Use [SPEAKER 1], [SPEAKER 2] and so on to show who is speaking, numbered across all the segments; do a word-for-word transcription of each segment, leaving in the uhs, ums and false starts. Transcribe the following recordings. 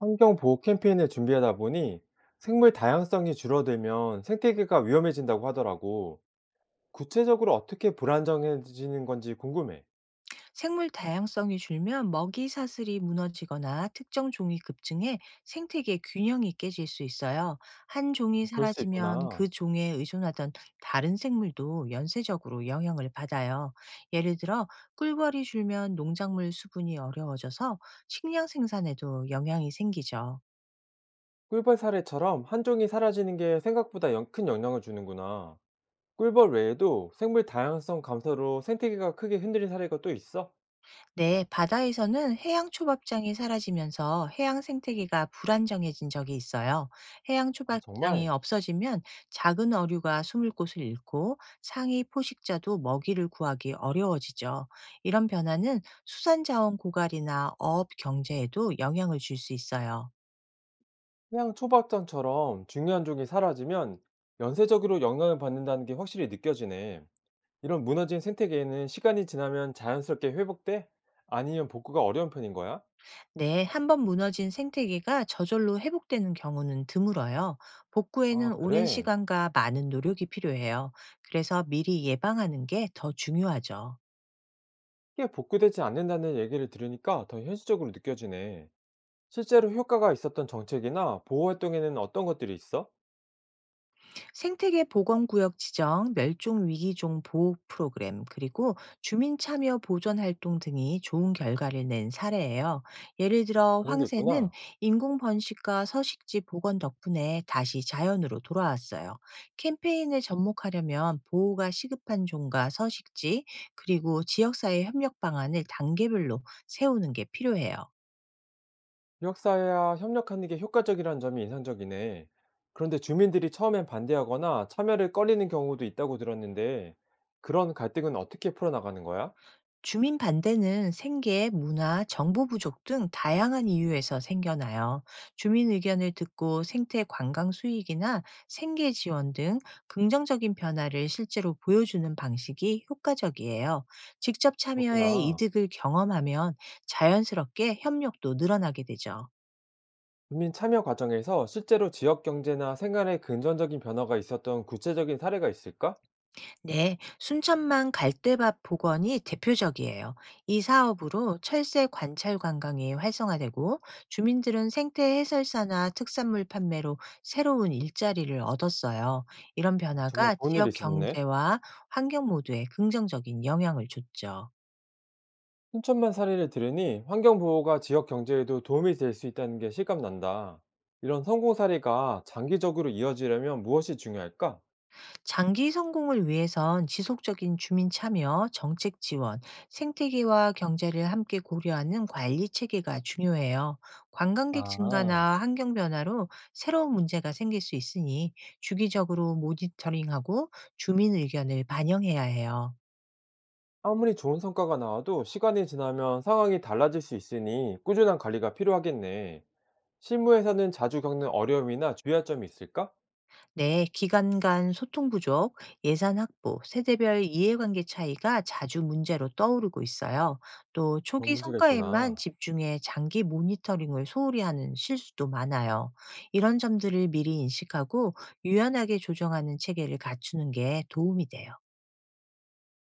[SPEAKER 1] 환경 보호 캠페인을 준비하다 보니 생물 다양성이 줄어들면 생태계가 위험해진다고 하더라고. 구체적으로 어떻게 불안정해지는 건지 궁금해.
[SPEAKER 2] 생물 다양성이 줄면 먹이 사슬이 무너지거나 특정 종이 급증해 생태계 균형이 깨질 수 있어요. 한 종이
[SPEAKER 1] 그럴 수
[SPEAKER 2] 사라지면
[SPEAKER 1] 있구나.
[SPEAKER 2] 그 종에 의존하던 다른 생물도 연쇄적으로 영향을 받아요. 예를 들어 꿀벌이 줄면 농작물 수분이 어려워져서 식량 생산에도 영향이 생기죠.
[SPEAKER 1] 꿀벌 사례처럼 한 종이 사라지는 게 생각보다 영- 큰 영향을 주는구나. 꿀벌 외에도 생물 다양성 감소로 생태계가 크게 흔들린 사례가 또 있어?
[SPEAKER 2] 네, 바다에서는 해양 초밥장이 사라지면서 해양 생태계가 불안정해진 적이 있어요. 해양
[SPEAKER 1] 아,
[SPEAKER 2] 초밥장이
[SPEAKER 1] 정말?
[SPEAKER 2] 없어지면 작은 어류가 숨을 곳을 잃고 상위 포식자도 먹이를 구하기 어려워지죠. 이런 변화는 수산자원 고갈이나 어업 경제에도 영향을 줄 수 있어요.
[SPEAKER 1] 해양 초밥장처럼 중요한 종이 사라지면 연쇄적으로 영향을 받는다는 게 확실히 느껴지네. 이런 무너진 생태계에는 시간이 지나면 자연스럽게 회복돼? 아니면 복구가 어려운 편인 거야?
[SPEAKER 2] 네, 한번 무너진 생태계가 저절로 회복되는 경우는 드물어요. 복구에는
[SPEAKER 1] 아,
[SPEAKER 2] 오랜
[SPEAKER 1] 그래.
[SPEAKER 2] 시간과 많은 노력이 필요해요. 그래서 미리 예방하는 게 더 중요하죠.
[SPEAKER 1] 이게 복구되지 않는다는 얘기를 들으니까 더 현실적으로 느껴지네. 실제로 효과가 있었던 정책이나 보호 활동에는 어떤 것들이 있어?
[SPEAKER 2] 생태계 보건구역 지정, 멸종위기종 보호 프로그램, 그리고 주민 참여 보존 활동 등이 좋은 결과를 낸 사례예요. 예를 들어
[SPEAKER 1] 그런 게
[SPEAKER 2] 황새는
[SPEAKER 1] 있구나.
[SPEAKER 2] 인공 번식과 서식지 복원 덕분에 다시 자연으로 돌아왔어요. 캠페인을 접목하려면 보호가 시급한 종과 서식지, 그리고 지역사회 협력 방안을 단계별로 세우는 게 필요해요.
[SPEAKER 1] 지역사회와 협력하는 게 효과적이라는 점이 인상적이네. 그런데 주민들이 처음엔 반대하거나 참여를 꺼리는 경우도 있다고 들었는데, 그런 갈등은 어떻게 풀어나가는 거야?
[SPEAKER 2] 주민 반대는 생계, 문화, 정보 부족 등 다양한 이유에서 생겨나요. 주민 의견을 듣고 생태 관광 수익이나 생계 지원 등 긍정적인 변화를 실제로 보여주는 방식이 효과적이에요. 직접 참여해
[SPEAKER 1] 그렇구나.
[SPEAKER 2] 이득을 경험하면 자연스럽게 협력도 늘어나게 되죠.
[SPEAKER 1] 국민 참여 과정에서 실제로 지역 경제나 생활에 근전적인 변화가 있었던 구체적인 사례가 있을까?
[SPEAKER 2] 네, 순천만 갈대밭 복원이 대표적이에요. 이 사업으로 철새 관찰 관광이 활성화되고 주민들은 생태 해설사나 특산물 판매로 새로운 일자리를 얻었어요. 이런
[SPEAKER 1] 아, 정말
[SPEAKER 2] 변화가
[SPEAKER 1] 좋은 일이
[SPEAKER 2] 지역
[SPEAKER 1] 있었네.
[SPEAKER 2] 경제와 환경 모두에 긍정적인 영향을 줬죠.
[SPEAKER 1] 순천만 사례를 들으니 환경 보호가 지역 경제에도 도움이 될 수 있다는 게 실감난다. 이런 성공 사례가 장기적으로 이어지려면 무엇이 중요할까?
[SPEAKER 2] 장기 성공을 위해선 지속적인 주민 참여, 정책 지원, 생태계와 경제를 함께 고려하는 관리 체계가 중요해요. 관광객
[SPEAKER 1] 아,
[SPEAKER 2] 증가나 환경 변화로 새로운 문제가 생길 수 있으니 주기적으로 모니터링하고 주민 의견을 반영해야 해요.
[SPEAKER 1] 아무리 좋은 성과가 나와도 시간이 지나면 상황이 달라질 수 있으니 꾸준한 관리가 필요하겠네. 실무에서는 자주 겪는 어려움이나 주의할 점이 있을까?
[SPEAKER 2] 네, 기관 간 소통 부족, 예산 확보, 세대별 이해관계 차이가 자주 문제로 떠오르고 있어요. 또
[SPEAKER 1] 그런
[SPEAKER 2] 초기
[SPEAKER 1] 문제가
[SPEAKER 2] 성과에만
[SPEAKER 1] 있구나.
[SPEAKER 2] 집중해 장기 모니터링을 소홀히 하는 실수도 많아요. 이런 점들을 미리 인식하고 유연하게 조정하는 체계를 갖추는 게 도움이 돼요.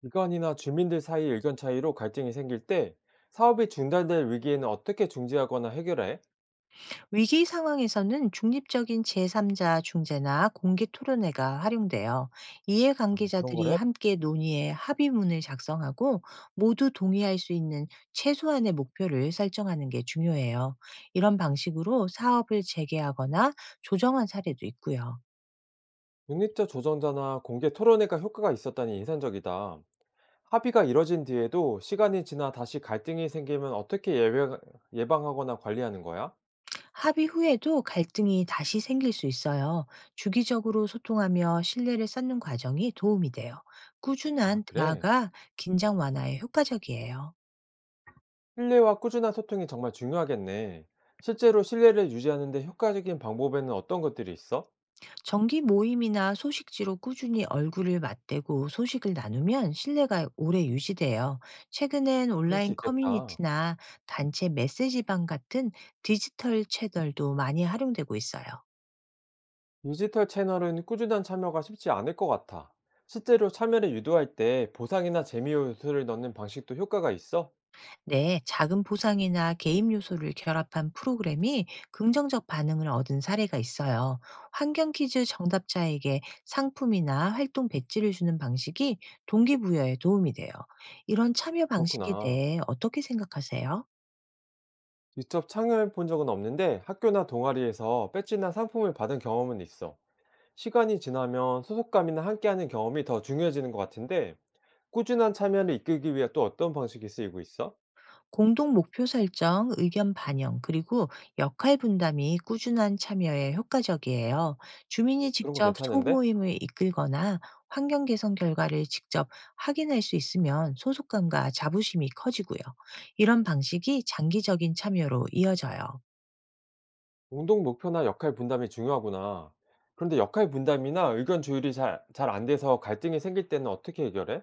[SPEAKER 1] 기관이나 주민들 사이 의견 차이로 갈등이 생길 때 사업이 중단될 위기에는 어떻게 중지하거나 해결해?
[SPEAKER 2] 위기 상황에서는 중립적인 제삼자 중재나 공개 토론회가 활용돼요.
[SPEAKER 1] 아, 그런
[SPEAKER 2] 이해관계자들이
[SPEAKER 1] 거래?
[SPEAKER 2] 함께 논의해 합의문을 작성하고 모두 동의할 수 있는 최소한의 목표를 설정하는 게 중요해요. 이런 방식으로 사업을 재개하거나 조정한 사례도 있고요.
[SPEAKER 1] 중립적 조정자나 공개 토론회가 효과가 있었다니 인상적이다. 합의가 이뤄진 뒤에도 시간이 지나 다시 갈등이 생기면 어떻게 예외 예방하거나 관리하는 거야?
[SPEAKER 2] 합의 후에도 갈등이 다시 생길 수 있어요. 주기적으로 소통하며 신뢰를 쌓는 과정이 도움이 돼요.
[SPEAKER 1] 아,
[SPEAKER 2] 꾸준한
[SPEAKER 1] 그래.
[SPEAKER 2] 대화가 긴장 완화에 효과적이에요.
[SPEAKER 1] 신뢰와 꾸준한 소통이 정말 중요하겠네. 실제로 신뢰를 유지하는데 효과적인 방법에는 어떤 것들이 있어?
[SPEAKER 2] 정기 모임이나 소식지로 꾸준히 얼굴을 맞대고 소식을 나누면 신뢰가 오래 유지돼요. 최근엔
[SPEAKER 1] 그럴 수
[SPEAKER 2] 온라인
[SPEAKER 1] 있겠다.
[SPEAKER 2] 커뮤니티나 단체 메시지방 같은 디지털 채널도 많이 활용되고 있어요.
[SPEAKER 1] 디지털 채널은 꾸준한 참여가 쉽지 않을 것 같아. 실제로 참여를 유도할 때 보상이나 재미 요소를 넣는 방식도 효과가 있어?
[SPEAKER 2] 네, 작은 보상이나 게임 요소를 결합한 프로그램이 긍정적 반응을 얻은 사례가 있어요. 환경 퀴즈 정답자에게 상품이나 활동 배지를 주는 방식이 동기부여에 도움이 돼요. 이런 참여 방식에
[SPEAKER 1] 그렇구나.
[SPEAKER 2] 대해 어떻게 생각하세요?
[SPEAKER 1] 직접 참여해 본 적은 없는데 학교나 동아리에서 배지나 상품을 받은 경험은 있어. 시간이 지나면 소속감이나 함께하는 경험이 더 중요해지는 것 같은데 꾸준한 참여를 이끌기 위해 또 어떤 방식이 쓰이고 있어?
[SPEAKER 2] 공동 목표 설정, 의견 반영, 그리고 역할 분담이 꾸준한 참여에 효과적이에요. 주민이
[SPEAKER 1] 그런 거
[SPEAKER 2] 직접
[SPEAKER 1] 괜찮은데?
[SPEAKER 2] 소모임을 이끌거나 환경 개선 결과를 직접 확인할 수 있으면 소속감과 자부심이 커지고요. 이런 방식이 장기적인 참여로 이어져요.
[SPEAKER 1] 공동 목표나 역할 분담이 중요하구나. 그런데 역할 분담이나 의견 조율이 잘, 잘 안 돼서 갈등이 생길 때는 어떻게 해결해?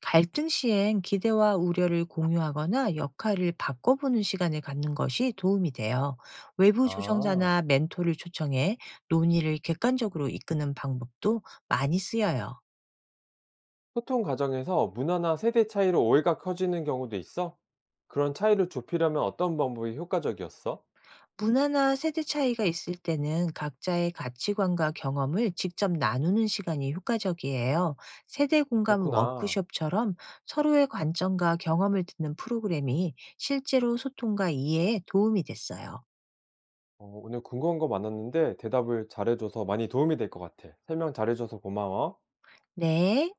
[SPEAKER 2] 갈등 시엔 기대와 우려를 공유하거나 역할을 바꿔보는 시간을 갖는 것이 도움이 돼요. 외부
[SPEAKER 1] 아.
[SPEAKER 2] 조정자나 멘토를 초청해 논의를 객관적으로 이끄는 방법도 많이 쓰여요.
[SPEAKER 1] 소통 과정에서 문화나 세대 차이로 오해가 커지는 경우도 있어? 그런 차이를 좁히려면 어떤 방법이 효과적이었어?
[SPEAKER 2] 문화나 세대 차이가 있을 때는 각자의 가치관과 경험을 직접 나누는 시간이 효과적이에요. 세대 공감
[SPEAKER 1] 그렇구나.
[SPEAKER 2] 워크숍처럼 서로의 관점과 경험을 듣는 프로그램이 실제로 소통과 이해에 도움이 됐어요.
[SPEAKER 1] 어, 오늘 궁금한 거 많았는데 대답을 잘해줘서 많이 도움이 될 것 같아. 설명 잘해줘서 고마워.
[SPEAKER 2] 네.